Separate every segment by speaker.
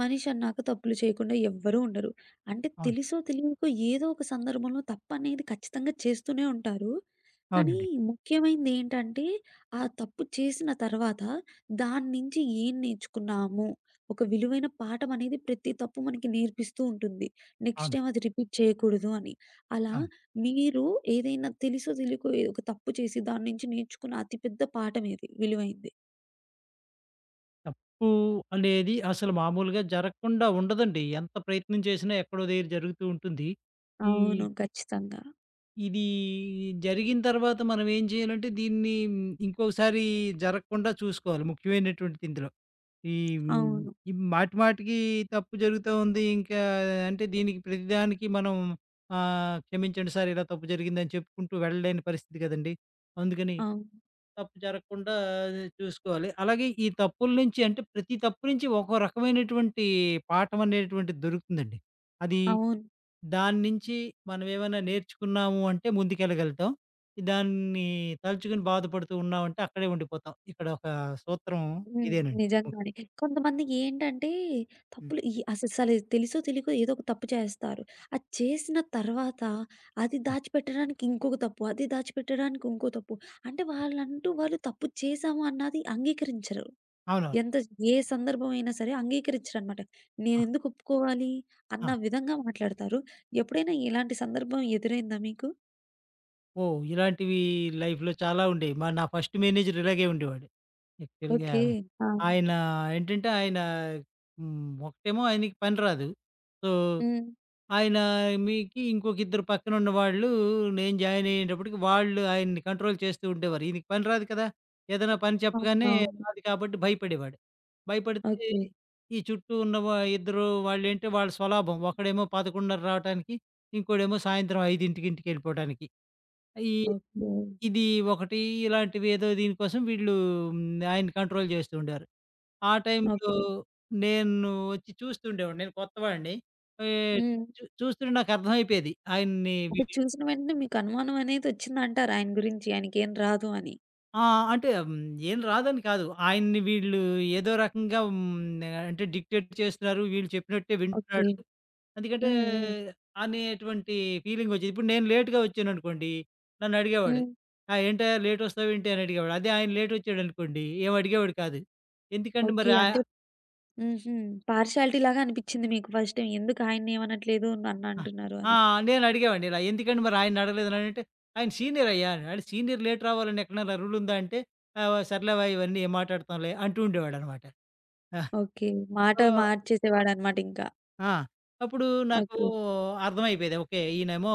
Speaker 1: మనిషన్నాక తప్పులు చేయకుండా ఎవ్వరూ ఉండరు. అంటే
Speaker 2: అవును.
Speaker 1: తెలుసో తెలియకో ఏదో ఒక సందర్భంలో తప్పనేది ఖచ్చితంగా చేస్తూనే ఉంటారు. కానీ
Speaker 2: అవునండి.
Speaker 1: ముఖ్యమైనదేంటంటే, ఆ తప్పు చేసిన తర్వాత దాని నుంచి ఏం నేర్చుకున్నాము? ఒక విలువైన పాఠమనేది ప్రతి తప్పు మనకి నేర్పిస్తూ ఉంటుంది. నెక్స్ట్
Speaker 2: అవును.
Speaker 1: టైమ్ అది రిపీట్ చేయకూడదు అని. అలా
Speaker 2: అవును.
Speaker 1: మీరు ఏదైనా తెలుసో తెలియకో ఏ ఒక తప్పు చేసి దాని నుంచి నేర్చుకున్న అతి పెద్ద పాఠమేది విలువైంది.
Speaker 2: తప్పు అనేది అసలు మామూలుగా జరగకుండా ఉండదండి. ఎంత ప్రయత్నం చేసినా ఎక్కడో దగ్గర జరుగుతూ ఉంటుంది. ఈ
Speaker 1: అవును, ఖచ్చితంగా.
Speaker 2: ఇది జరిగిన తర్వాత మనం ఏం చేయాలంటే దీన్ని ఇంకోసారి జరగకుండా చూసుకోవాలి. ముఖ్యమైనటువంటిది ఇందులో. ఈ హ్మ్.
Speaker 1: అవును.
Speaker 2: ఈ మాటి మాటికి తప్పు జరుగుతా ఉంది. ఇంకా అంటే దీనికి ప్రతిదానికి మనం క్షమించండి సార్ ఇలా తప్పు జరిగిందని చెప్పుకుంటూ వెళ్ళలేని పరిస్థితి కదండీ. అందుకని
Speaker 1: అవును.
Speaker 2: తప్పు జరగకుండా చూసుకోవాలి. అలాగే ఈ తప్పుల నుంచి అంటే ప్రతి తప్పు నుంచి ఒక్కో రకమైనటువంటి పాఠం అనేటువంటిది దొరుకుతుందండి. అది
Speaker 1: అవును.
Speaker 2: దాని నుంచి మనం ఏమైనా నేర్చుకున్నాము అంటే ముందుకెళ్ళగలుగుతాం. దాన్ని తలుచుకొని బాధపడుతూ ఉన్నామంటే అక్కడే ఉండిపోతాం. ఇక్కడ ఒక సూత్రం
Speaker 1: హ్మ్.
Speaker 2: ఇదేనండి.
Speaker 1: నిజంగానే. కొంతమంది ఏంటంటే
Speaker 2: హ్మ్.
Speaker 1: తప్పులు అసలు తెలుసో తెలియకో ఏదో ఒక తప్పు చేస్తారు. అది చేసిన తర్వాత అది దాచిపెట్టడానికి ఇంకొక తప్పు, అది దాచిపెట్టడానికి ఇంకో తప్పు. అంటే వాళ్ళంటూ వాళ్ళు తప్పు చేశాము అన్నది అంగీకరించరు.
Speaker 2: అవునవును.
Speaker 1: ఎంత ఏ సందర్భం అయినా సరే అంగీకరించరనమాట.
Speaker 2: ఆ!
Speaker 1: నేనెందుకు ఒప్పుకోవాలి అన్న
Speaker 2: ఆ!
Speaker 1: విధంగా మాట్లాడతారు. ఎప్పుడైనా ఇలాంటి సందర్భం ఎదురైందా మీకు?
Speaker 2: ఓహ్! ఇలాంటివి లైఫ్‌లో చాలా ఉండేవి. నా ఫస్ట్ మేనేజర్ ఇలాగే ఉండేవాడు. యాక్చువల్‌గా
Speaker 1: ఓకే. ఆ!
Speaker 2: ఆయన ఏంటంటే ఆయన హ్మ్. ఒకటేమో ఆయనకి పని రాదు. సో,
Speaker 1: హ్మ్.
Speaker 2: ఆయన మీకి ఇంకొక ఇద్దరు పక్కనున్న వాళ్ళు నేను జాయిన్ అయ్యేటప్పటికి వాళ్ళు ఆయన్ని కంట్రోల్ చేస్తూ ఉండేవారు. ఈయనకి పని రాదు కదా! ఏదైనా పని చెప్పగానే
Speaker 1: అవునవును.
Speaker 2: రాదు కాబట్టి భయపడేవాడు. భయపడితే
Speaker 1: ఓకే.
Speaker 2: ఈ చుట్టూ ఉన్న ఇద్దరు వాళ్ళేంటి వాళ్ళ స్వలాభం. ఒకడేమో 11:30 రావటానికి, ఇంకోడేమో సాయంత్రం 5కి ఇంటికెళ్ళిపోవటానికి. ఈ
Speaker 1: ఓకే.
Speaker 2: ఇది ఒకటి ఇలాంటివి ఏదో దీనికోసం వీళ్ళు హ్మ్, ఆయన్ని కంట్రోల్ చేస్తూ ఉండారు. ఆ టైంలో
Speaker 1: ఓకే.
Speaker 2: నేను వచ్చి చూస్తుండేవాడిని. నేను కొత్తవాడిని. ఆహ్,
Speaker 1: హ్మ్.
Speaker 2: చూస్తుంటే నాకర్థమైపోయేది. ఆయన్ని
Speaker 1: అది
Speaker 2: వీళ్ళు.
Speaker 1: చూసిన వెంటనే మీకు అనుమానం అనేదొచ్చిందంటారు ఆయన గురించి, ఆయనకేం రాదు అని.
Speaker 2: ఆ! అంటే ఏం రాదని కాదు. ఆయన్ని వీళ్ళు ఏదో రకంగా అంటే డిక్టేట్ చేస్తున్నారు. వీళ్ళు చెప్పినట్టే
Speaker 1: ఓకే.
Speaker 2: వింటున్నాడు. ఎందుకంటే
Speaker 1: హ్మ్. హ్మ్.
Speaker 2: అనేటువంటి ఫీలింగ్ వచ్చేది. ఇప్పుడు నేను లేట్‌గా వచ్చాననుకోండి, నన్ను అడిగేవాడు.
Speaker 1: హ్మ్.
Speaker 2: "ఆ! ఏంటయ్యా లేట్ వస్తావేంటి?" అని అడిగేవాడు. అదే ఆయన లేట్ వచ్చాడనుకోండి, ఏమి అడిగేవాడు కాదు. ఎందుకండి
Speaker 1: ఓకే.
Speaker 2: మరి
Speaker 1: హుహు. పార్షియాలిటీ లాగా అనిపిచ్చింది మీకు ఫస్ట్ టైమ్, ఎందుకు ఆయన్నేమనట్లేదు నన్నంటున్నారు
Speaker 2: ఆ!
Speaker 1: అని.
Speaker 2: నేను అడిగేవాడిని ఇలా, "ఎందుకండి మరి ఆయన్ని అడగలేదనంటే", "ఆయన సీనియర్ అయ్యా", "ఆడు సీనియర్ లేట్ రావాలని ఎక్కడైనా రూల్ ఉందా?" అంటే, "ఆహ్, సర్లేవయ్యా ఇవన్నీ ఏం మాట్లాడతాంలే" అంటూ ఉండేవాడనమాట. ఆ!
Speaker 1: ఓకే. మాట
Speaker 2: సో
Speaker 1: మార్చేసేవాడనమాట ఇంకా.
Speaker 2: ఆ! అప్పుడు నాకు
Speaker 1: ఓకే.
Speaker 2: అర్థమైపోయేది. ఓకే. ఈయనేమో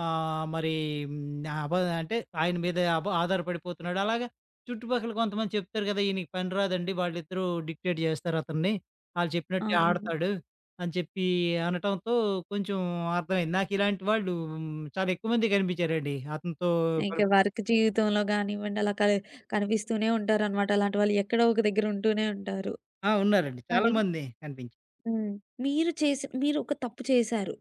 Speaker 2: ఆహ్, మరి హ్మ్. అబ అంటే ఆయన మీద ఆధారపడిపోతున్నాడు. అలాగే చుట్టుపక్కల కొంతమంది చెప్తారు కదా! ఈయనకి పని రాదండి. వాళ్ళిద్దరూ డిక్టేట్ చేస్తారు అతన్ని. ఆళ్ళు చెప్పినట్టే
Speaker 1: అవును.
Speaker 2: ఆడతాడు అని చెప్పి అనటంతో కొంచెం అర్థమైంది. నాకు ఇలాంటి వాళ్ళు మ్, చాలా ఎక్కువ మంది కనిపించారండి. అతనితో
Speaker 1: ఇంక
Speaker 2: కల్
Speaker 1: వర్క్ జీవితంలో గానివ్వండి, అలా కనిపిస్తూనే ఉంటారనమాట. అలాంటి వాళ్ళు ఎక్కడో ఒక దగ్గర ఉంటూనే ఉంటారు.
Speaker 2: ఆ! ఉన్నారండి. చాలా
Speaker 1: మరి
Speaker 2: మంది కనిపించారు.
Speaker 1: హ్మ్. మీరు మీరు ఒక తప్పు చేశారు.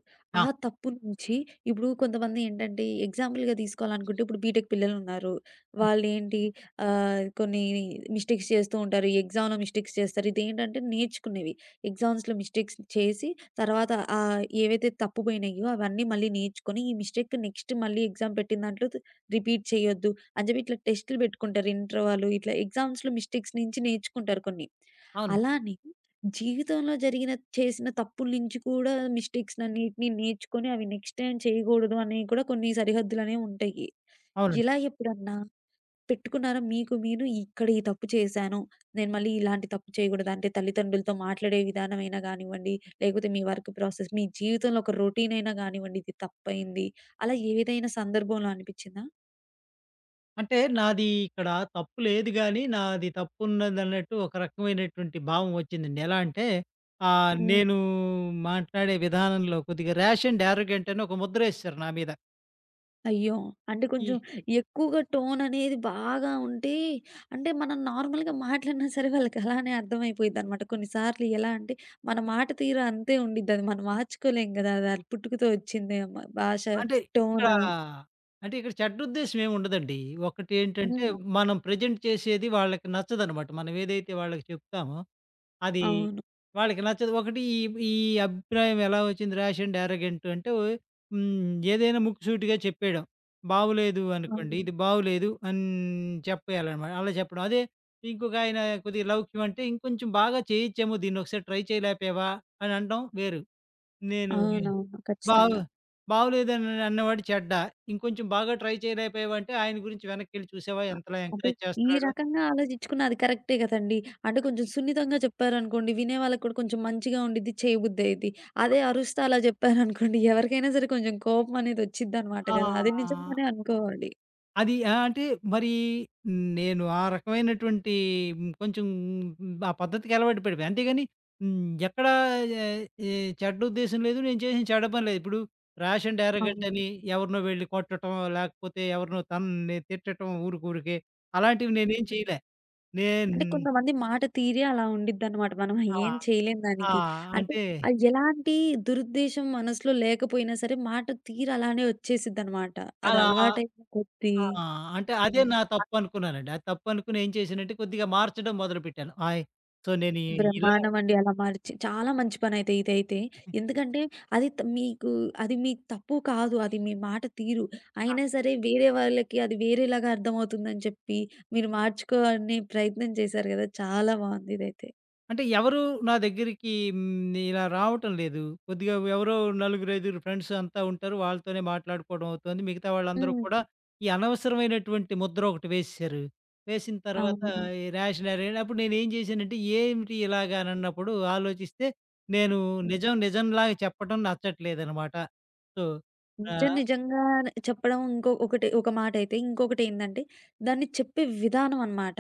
Speaker 1: ఆ
Speaker 2: ఆ!
Speaker 1: తప్పు నుంచి ఇప్పుడు కొంతమంది ఏంటంటే ఎగ్జాంపుల్‌గా తీసుకోవాలనుకుంటే ఇప్పుడు బీటెక్ పిల్లలున్నారు. వాళ్ళేంటి కొన్ని మిస్టేక్స్ చేస్తూ ఉంటారు. ఎగ్జామ్‌లో మిస్టేక్స్ చేస్తారు. ఇదేంటంటే నేర్చుకునేవి. ఎగ్జామ్స్‌లో మిస్టేక్స్ చేసి తర్వాత ఏవైతే తప్పుపోయినాయో అవన్నీ మళ్ళీ నేర్చుకొని ఈ మిస్టేక్ నెక్స్ట్ మళ్ళీ ఎగ్జామ్ పెట్టిన దాంట్లో రిపీట్ చేయొద్దు అని చెప్పి ఇట్లా టెస్టులు పెట్టుకుంటారు ఇంటర్ వాళ్ళు. ఇట్లా ఎగ్జామ్స్‌లో మిస్టేక్స్ నుంచి నేర్చుకుంటారు కొన్ని.
Speaker 2: అవును.
Speaker 1: అలానే జీవితంలో చేసిన తప్పుల నుంచి కూడా మిస్టేక్స్‌నన్నిటిని నేర్చుకొని అవి నెక్స్ట్ టైమ్ చేయకూడదు అనేవి కూడా కొన్ని సరిహద్దులనేవి ఉంటాయి.
Speaker 2: అవునండి.
Speaker 1: ఇలా ఎప్పుడన్నా పెట్టుకున్నారా మీకు మీరు ఇక్కడ ఈ తప్పు చేశాను, నేను మళ్ళీ ఇలాంటి తప్పు చేయకూడదు అంటే తల్లిదండ్రులతో మాట్లాడే విధానమైనా గానివ్వండి, లేకపోతే మీ వర్క్ ప్రాసెస్, మీ జీవితంలో ఒక రొటీన్ అయినా గానివ్వండి ఇది తప్పయింది, అలా ఏదైనా సందర్భంలో అనిపిచ్చిందా?
Speaker 2: అంటే నాది ఇక్కడ తప్పు లేదు గానీ, నాది తప్పున్నదన్నట్టు ఒక రకమైనటువంటి భావం వచ్చిందండి. ఎలా అంటే, ఆహ్, హ్మ్.
Speaker 1: హ్మ్.
Speaker 2: నేను మాట్లాడే విధానంలో కొద్దిగా ర్యాష్ అండ్ యారోగెంట్ అని ఒక ముద్రేసేశారు నా మీద.
Speaker 1: అయ్యో! అంటే
Speaker 2: ఈ
Speaker 1: కొంచెం ఎక్కువగా టోననేది బాగా ఉంటే, అంటే మనం నార్మల్‌గా మాట్లాడినా సరే వాళ్ళకి అలానే అర్థమైపోయిద్దనమాట. కొన్నిసార్లు ఎలా అంటే, మన మాట తీరు అంతే ఉండిద్ది. అది మనం మార్చుకోలేం గదా! అది అది పుట్టుకతో వచ్చిందే మ భాష,
Speaker 2: అంటే ఇక్కడ
Speaker 1: టోనా.
Speaker 2: అంటే ఇక్కడ చెడుద్దేశం ఏముండదండి. ఒకటేంటంటే,
Speaker 1: హ్మ్.
Speaker 2: మనం ప్రెజెంట్ చేసేది వాళ్ళకి నచ్చదనమాట. మనం ఏదైతే వాళ్ళకి చెప్తామో అది
Speaker 1: అవును.
Speaker 2: వాళ్ళకి నచ్చదు. ఒకటి ఈ ఈ అభిప్రాయం ఎలా వచ్చింది ర్యాష్ అండ్ యారగెంట్ అంటే ఏదైనా ముక్కుసూటిగా చెప్పేయడం. బావులేదు అనుకోండి.
Speaker 1: అవును.
Speaker 2: ఇది బావులేదు అని చెప్పేయాలనమాట. అలా చెప్పడం. అదే ఇంకొక ఆయన కొద్దిగా లౌక్యం అంటే ఇంకొంచెం బాగా చేయొచ్చేమో దీన్ని ఒకసారి ట్రై చేయలేకపోయావా అని అనడం వేరు. నేను
Speaker 1: అవునవును,
Speaker 2: బావు
Speaker 1: ఖచ్చితంగా.
Speaker 2: బావులేదని అన్నవాడు చెడ్డ. ఇంకొంచెం బాగా ట్రై చేయలేకపోయావంటే ఆయన గురించి వెనక్కెళ్ళి చూసావా
Speaker 1: అ
Speaker 2: ఎంతలా
Speaker 1: అంటే
Speaker 2: ఎంకరేజ్
Speaker 1: ఈ
Speaker 2: చేస్తున్నాడో.
Speaker 1: రకంగా ఆలోచించుకున్న అది కరెక్టే గదండీ. అంటే కొంచెం సున్నితంగా చెప్పారనుకోండి, వినే వాళ్ళకి కూడా కొంచెం మంచిగా ఉండిద్ది, చేయబుద్దయిద్ది. అదే అరుస్తా అలా జెప్పారనుకోండి, ఎవరికైనా సరే కొంచెం కోపం అనేది ఒచ్చిద్దనమాట
Speaker 2: ఆ!
Speaker 1: గదా! అది నిజంగానే అనుకోవాలి.
Speaker 2: అది ఆ! అంటే మరి నేను ఆ రకమైనటువంటి కొంచెం ఆ పద్ధతికి అలవాటు పడిపోయా. అంతేగాని హ్మ్, ఎక్కడ ఎ ఎ చెడ్డ ఉద్దేశం లేదు. నేను చేసిన చెడ్డ పని లేదు. ఇప్పుడు రాష్ అండ్ యారోగెంట్
Speaker 1: అవును.
Speaker 2: అని ఎవరినో వెళ్లి కొట్టటం, లేకపోతే ఎవరినో తన్ని తిట్టటం ఊరికూరికే అలాంటివి నేనేం
Speaker 1: హ్మ్.
Speaker 2: చేయలే. నేను
Speaker 1: అంటే కొంతమంది మాట తీరే అలా ఉండిద్దనమాట. మనం
Speaker 2: ఆ!
Speaker 1: ఏం చేయలేం
Speaker 2: ఆ!
Speaker 1: దానికి. అంటే
Speaker 2: అంటే
Speaker 1: ఎలాంటి దురుద్దేశం మనసులో లేకపోయినా సరే మాట తీరు అలానే ఒచ్చేసిద్దనమాట. అది
Speaker 2: అలా
Speaker 1: అలవాటైన కొద్దీ.
Speaker 2: ఆ! అంటే అదే
Speaker 1: హ్మ్.
Speaker 2: నా తప్పు అనుకున్నానండి. ఆ తప్పు అనుకుని ఏం చేశానంటే కొద్దిగా మార్చడం మొదలుపెట్టాను. ఆయ్! సో, నేను ఇలా
Speaker 1: బ్రహ్మాండమండి. అలా మార్చి చాలా మంచి పనైతే ఇదైతే. ఎందుకంటే అది త మీకు అది మీ తప్పు కాదు. అది మీ మాట తీరు. అయినా సరే వేరే వాళ్ళకి అది వేరేలాగా అర్థమవుతుందని చెప్పి మీరు మార్చుకోనే ప్రయత్నం చేశారు గదా! చాలా బావుంది ఇదైతే.
Speaker 2: అంటే ఎవరు నా దగ్గరికి ఇలా రావటం లేదు. కొద్దిగా ఎవరో నలుగురు, ఐదుగురు ఫ్రెండ్స్ అంతా ఉంటారు. వాళ్ళతోనే మాట్లాడుకోవడం అవుతుంది. మిగతా వాళ్ళందరూ
Speaker 1: హ్మ్.
Speaker 2: కూడా ఈ అనవసరమైనటువంటి ముద్ర ఒకటి వేసేశారు. వేసిన తర్వాత
Speaker 1: అవును.
Speaker 2: ఈ ర్యాష్ న్యారెన్ అప్పుడు నేనేం జేశానంటే, "ఏమిటి ఇలాగ?" అని అన్నప్పుడు ఆలోచిస్తే, నేను
Speaker 1: హ్మ్.
Speaker 2: నిజం నిజంలాగా చెప్పడం నచ్చట్లేదనమాట. సో,
Speaker 1: నిజం
Speaker 2: ఆహ్,
Speaker 1: నిజంగా చెప్పడం ఇంకో ఒకటి ఒక మాటైతే. ఇంకొకటేందంటే దాన్ని చెప్పే విధానం అన్నమాట.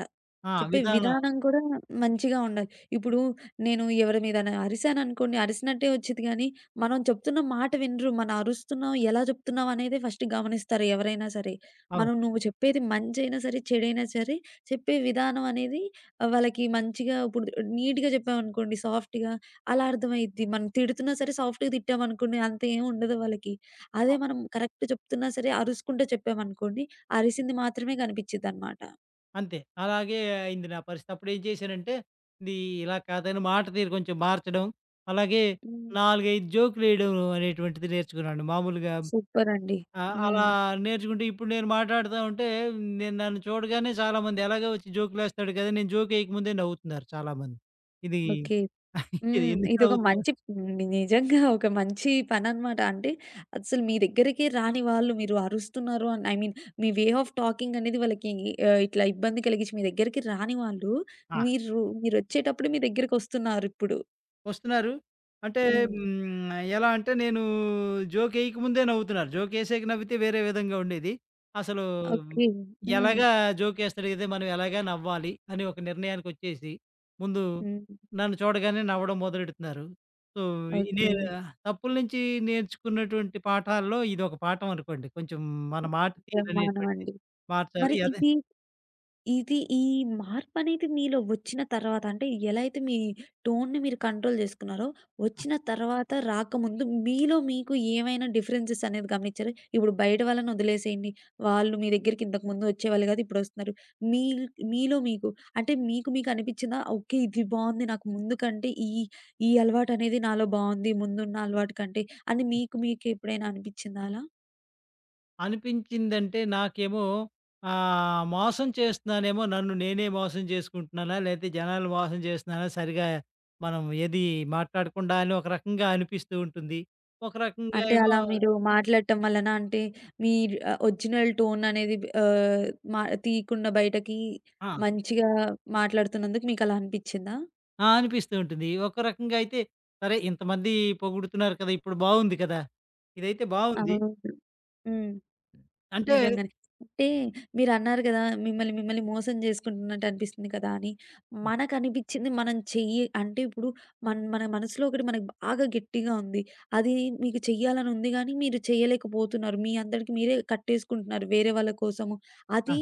Speaker 2: ఆ!
Speaker 1: చెప్పే
Speaker 2: విధానం
Speaker 1: విధానం కూడా మంచిగా ఉండాలి. ఇప్పుడు నేను ఎవరి మీదైనా అరిసాననుకోండి, అరిసినట్టే వచ్చిద్ది గానీ, మనం చెప్తున్న మాట వినరు. మనం అరుస్తున్నాం, ఎలా చెప్తున్నాం అనేది ఫస్ట్ గమనిస్తారు ఎవరైనా సరే. మనం
Speaker 2: అవును.
Speaker 1: నువ్వు చెప్పేది మంచైనా సరే, చెడైనా సరే, చెప్పే విధానం అనేది వాళ్ళకి మంచిగా ఇప్పుడు నీట్‌గా చెప్పామనుకోండి సాఫ్ట్‌గా అలా అర్థమైద్ది. మనం తిడుతున్నా సరే సాఫ్ట్‌గా తిట్టామనుకోండి అంత ఏం ఉండదు వాళ్ళకి. అదే మనం కరెక్ట్ చెప్తున్నా సరే అరుసుకుంటూ చెప్పామనుకోండి, అరిసింది మాత్రమే కనిపిచ్చిద్దనమాట.
Speaker 2: అంతే. అలాగే అయింది నా పరిస్థితి. అప్పుడేం చేశానంటే, ఇది ఇలా కాదని మాట తీరు కొంచెం మార్చడం, అలాగే
Speaker 1: హ్మ్.
Speaker 2: 4, 5 జోకులేయడం అనేటువంటిది నేర్చుకున్నాను. మామూలుగా
Speaker 1: సూపరండి.
Speaker 2: ఆ! అలా
Speaker 1: హ్మ్.
Speaker 2: నేర్చుకుంటే ఇప్పుడు నేను మాట్లాడుతా ఉంటే, నన్ను చూడగానే చాలామంది ఎలాగో వచ్చి జోకులేస్తాడు కదా! నేను జోకేయక ముందే నవ్వుతున్నారు చాలామంది. ఇది
Speaker 1: ఓకే.
Speaker 2: ఇది ఎందుకు
Speaker 1: ఇదొక
Speaker 2: నవ్వుతున్నారు.
Speaker 1: మంచి నిజంగా ఒక మంచి పననమాట. అంటే అసలు మీ దగ్గరికే రాని వాళ్ళు మీరు అరుస్తున్నారు అని ఐ మీన్ మీ వే ఆఫ్ టాకింగ్ అనేది వాళ్ళకి ఇట్లా ఇబ్బంది కలిగించి మీ దగ్గరికి రాని వాళ్ళు
Speaker 2: ఆ!
Speaker 1: మీరొచ్చేటప్పుడు మీ దగ్గరికొస్తున్నారిప్పుడు.
Speaker 2: వస్తున్నారు. అంటే
Speaker 1: హ్మ్.
Speaker 2: హ్మ్. ఎలా అంటే నేను జోక్ ఎయకముందే నవ్వుతున్నారు. జోక్ ఎసాక నవ్వితే వేరే విధంగా ఉండేది. అసలు
Speaker 1: ఓకే. హ్మ్.
Speaker 2: ఎలాగా జోక్ ఎస్తాడు కదా! మనం ఎలాగా నవ్వాలి అని ఒక నిర్ణయానికొచ్చేసి, ముందు
Speaker 1: హ్మ్.
Speaker 2: నన్ను చూడగానే నవ్వడం మొదలెడుతున్నారు. సో, ఈ నే
Speaker 1: ఓకే.
Speaker 2: తప్పుల నుంచి నేర్చుకున్నటువంటి పాఠాల్లో ఇదొక పాఠం అనుకోండి. కొంచెం మన మాట తీరనేటువంటిది
Speaker 1: బ్రహ్మాండమండి.
Speaker 2: మార్చాలి.
Speaker 1: మరి
Speaker 2: అదే ఆ!
Speaker 1: ఇది ఇది ఈ మార్పనేది మీలో వచ్చిన తర్వాత అంటే ఎలా అయితే మీ టోన్‌ని మీరు కంట్రోల్ జేసుకున్నారో, వచ్చిన తర్వాత రాకముందు మీలో మీకు ఏమైనా డిఫరెన్సెస్ అనేది గమనిచ్చారా? ఇప్పుడు బయట వాళ్ళని వదిలేసేయండి. వాళ్ళు మీ దగ్గరికి ఇంతకుముందు వచ్చేవాళ్ళు గాదు, ఇప్పుడొస్తున్నారు. మీ మీలో మీకు అంటే మీకు మీకు అనిపిచ్చిందా? ఓకే, ఇది బావుంది, నాకు ముందు కంటే ఈ ఈ అలవాటనేది నాలో బావుంది, ముందున్న అలవాటు కంటే అని మీకు మీకెప్పుడైనా అనిపిచ్చిందా అలా?
Speaker 2: అనిపించిందంటే నాకేమో మోసం చేస్తున్నానేమో నన్ను నేనే మోసం చేసుకుంటున్నానా? లేతే జనాలు మోసం చేస్తున్నానా? సరిగా మనం ఏది మాట్లాడకుండా అని ఒక రకంగా అనిపిస్తూ ఉంటుంది. ఒక రకంగా
Speaker 1: అంటే
Speaker 2: ఏమో
Speaker 1: అలా మీరు మాట్లాడటం వలన అంటే మీ ఒరిజినల్ టోన్ అనేది ఆహ్, మా తీయకుండా బయటకి
Speaker 2: ఆ!
Speaker 1: మంచిగా మాట్లాడుతున్నందుకు మీకలా అనిపిచ్చిందా?
Speaker 2: ఆ! అనిపిస్తూ ఉంటుంది. ఒక రకంగా అయితే సరే ఇంతమంది పొగుడుతున్నారు కదా! ఇప్పుడు బావుంది కదా! ఇదైతే బావుంది.
Speaker 1: అవును. హ్మ్.
Speaker 2: అంటే
Speaker 1: నిజంగానే. అంటే మీరన్నారు గదా! మిమ్మల్ని మిమ్మల్ని మోసం జేసుకుంటున్నట్టు అనిపిస్తుంది కదా అని.
Speaker 2: హ్మ్.
Speaker 1: మనకనిపిచ్చింది మనం చెయ్యి అంటే ఇప్పుడు మన మనసులో ఒకటి మనకు బాగా గట్టిగా ఉంది. అది మీకు చెయ్యాలని ఉంది గానీ మీరు చేయలేకపోతున్నారు. మీ అంతటికి మీరే కట్టేసుకుంటున్నారు వేరే వాళ్ళ కోసము.
Speaker 2: ఆ!
Speaker 1: అది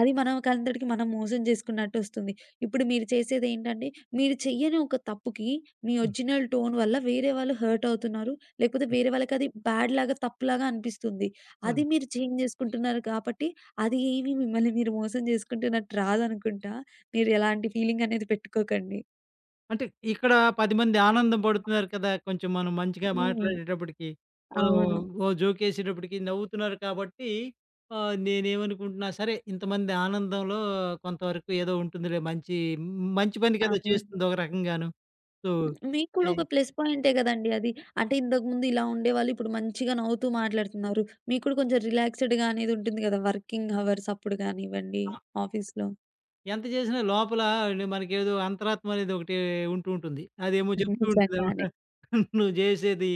Speaker 1: అది మనకంతటికి మనం మోసం జేసుకున్నట్టొస్తుంది. ఇప్పుడు మీరు చేసేదేంటంటే మీరు చెయ్యని ఒక తప్పుకి మీ
Speaker 2: హ్మ్.
Speaker 1: ఒరిజినల్ టోన్ వల్ల వేరే వాళ్ళు హర్ట్ అవుతున్నారు, లేకపోతే
Speaker 2: హ్మ్.
Speaker 1: వేరే వాళ్ళకది బ్యాడ్‌లాగా తప్పులాగా అనిపిస్తుంది.
Speaker 2: అవును.
Speaker 1: అది మీరు చేంజ్ జేసుకుంటున్నారు కాబట్టి, అది ఏమి మిమ్మల్ని మీరు మోసం జేసుకుంటున్నట్టు రాదనుకుంటా. మీరు ఎలాంటి ఫీలింగ్ అనేది పెట్టుకోకండి.
Speaker 2: అంటే ఇక్కడ 10 మంది ఆనందం పడుతున్నారు కదా! కొంచెం మనం మంచిగా
Speaker 1: హ్మ్.
Speaker 2: మాట్లాడేటప్పటికి, మనం
Speaker 1: అవును.
Speaker 2: ఓ జోకేసేటప్పటికి నవ్వుతున్నారు కాబట్టి నేనేమనుకుంటున్నా సరే ఇంతమంది ఆనందంలో కొంతవరకు ఏదో ఉంటుందిలే మంచి మంచి పని కదా!
Speaker 1: అవును.
Speaker 2: చేస్తుంది ఒక రకంగాను. సో,
Speaker 1: మీకు కూడా
Speaker 2: ఈ
Speaker 1: ఒక ప్లస్ పాయింటే గదండీ అది. అంటే ఇంతకుముందు ఇలా ఉండేవాళ్ళు, ఇప్పుడు మంచిగా నవ్వుతూ మాట్లాడుతున్నారు. మీకు కూడా కొంచెం రిలాక్స్‌డ్‌గా అనేది ఉంటుంది గదా! వర్కింగ్ అవర్స్ అప్పుడు గానివ్వండి ఆఫీస్‌లో.
Speaker 2: ఎంత చేసినా లోపల మనకేదో అంతరాత్మ అనేది ఒకటి ఉంటూ ఉంటుంది. అదేమో చెప్తూ ఉంటదనమాట.
Speaker 1: నిజంగానే.
Speaker 2: "నువ్వు జేసేది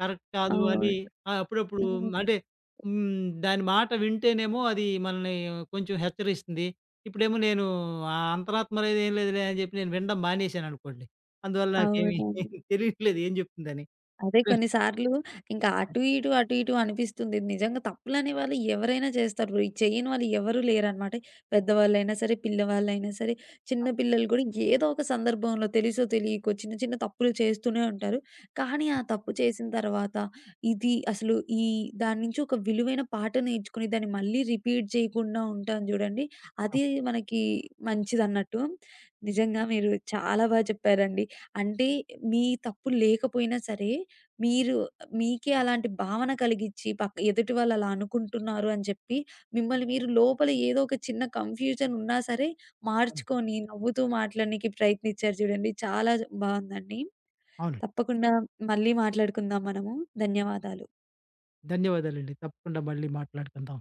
Speaker 2: కరెక్ట్ కాదు" అని
Speaker 1: అవును.
Speaker 2: అప్పుడప్పుడు
Speaker 1: హ్మ్.
Speaker 2: అంటే దాని మాట వింటేనేమో అది మనల్ని కొంచెం హెచ్చరిస్తుంది. ఇప్పుడేమో నేను ఆ అంతరాత్మ అనేది ఏం లేదులే అని జెప్పి నేను వినడం మానేశాననుకోండి. అందువల్ల నాకేమి
Speaker 1: అవునండి.
Speaker 2: తెలియట్లేదు ఏం జెప్తుందని.
Speaker 1: అదే
Speaker 2: ప్రస్తుతం.
Speaker 1: కొన్ని సార్లు ఇంకా అటు ఇటు, అటు ఇటు అనిపిస్తుంది. నిజంగా తప్పులనేవాళ్ళు ఎవరైనా చేస్తారు. ఇది చేయని వాళ్ళు ఎవరు లేరనమాట. పెద్దవాళ్ళైనా సరే, పిల్లవాళ్ళైనా సరే, చిన్న పిల్లలు కూడా ఏదో ఒక సందర్భంలో తెలుసో తెలియకో చిన్న చిన్న తప్పులు చేస్తూనే ఉంటారు. కానీ ఆ తప్పు చేసిన తర్వాత ఇది అసలు ఈ దాని నుంచి ఒక విలువైన పాఠం నేర్చుకుని దాన్ని మళ్ళీ రిపీట్ చేయకుండా ఉంటాం చూడండి.
Speaker 2: ఆ!
Speaker 1: అది మనకి మంచిదన్నట్టు. నిజంగా మీరు చాలా బాగా చెప్పారండి. అంటే మీ తప్పు లేకపోయినా సరే మీరు మీకే అలాంటి భావన కలిగిచ్చి, పక్క ఎదుటి వాళ్ళు అలా అనుకుంటున్నారు అని చెప్పి, మిమ్మల్ని మీరు లోపల ఏదో ఒక చిన్న కన్‌ఫ్యూజన్ ఉన్నా సరే,
Speaker 2: అవును.
Speaker 1: మార్చుకొని నవ్వుతూ మాట్లాడనీకి ప్రయత్నిచ్చారు చూడండి. చాలా బావుందండి.
Speaker 2: అవునండి.
Speaker 1: తప్పకుండా మళ్ళీ మాట్లాడుకుందాం మనము. ధన్యవాదాలు.
Speaker 2: ధన్యవాదాలండి. తప్పకుండా మళ్ళీ మాట్లాడుకుందాం.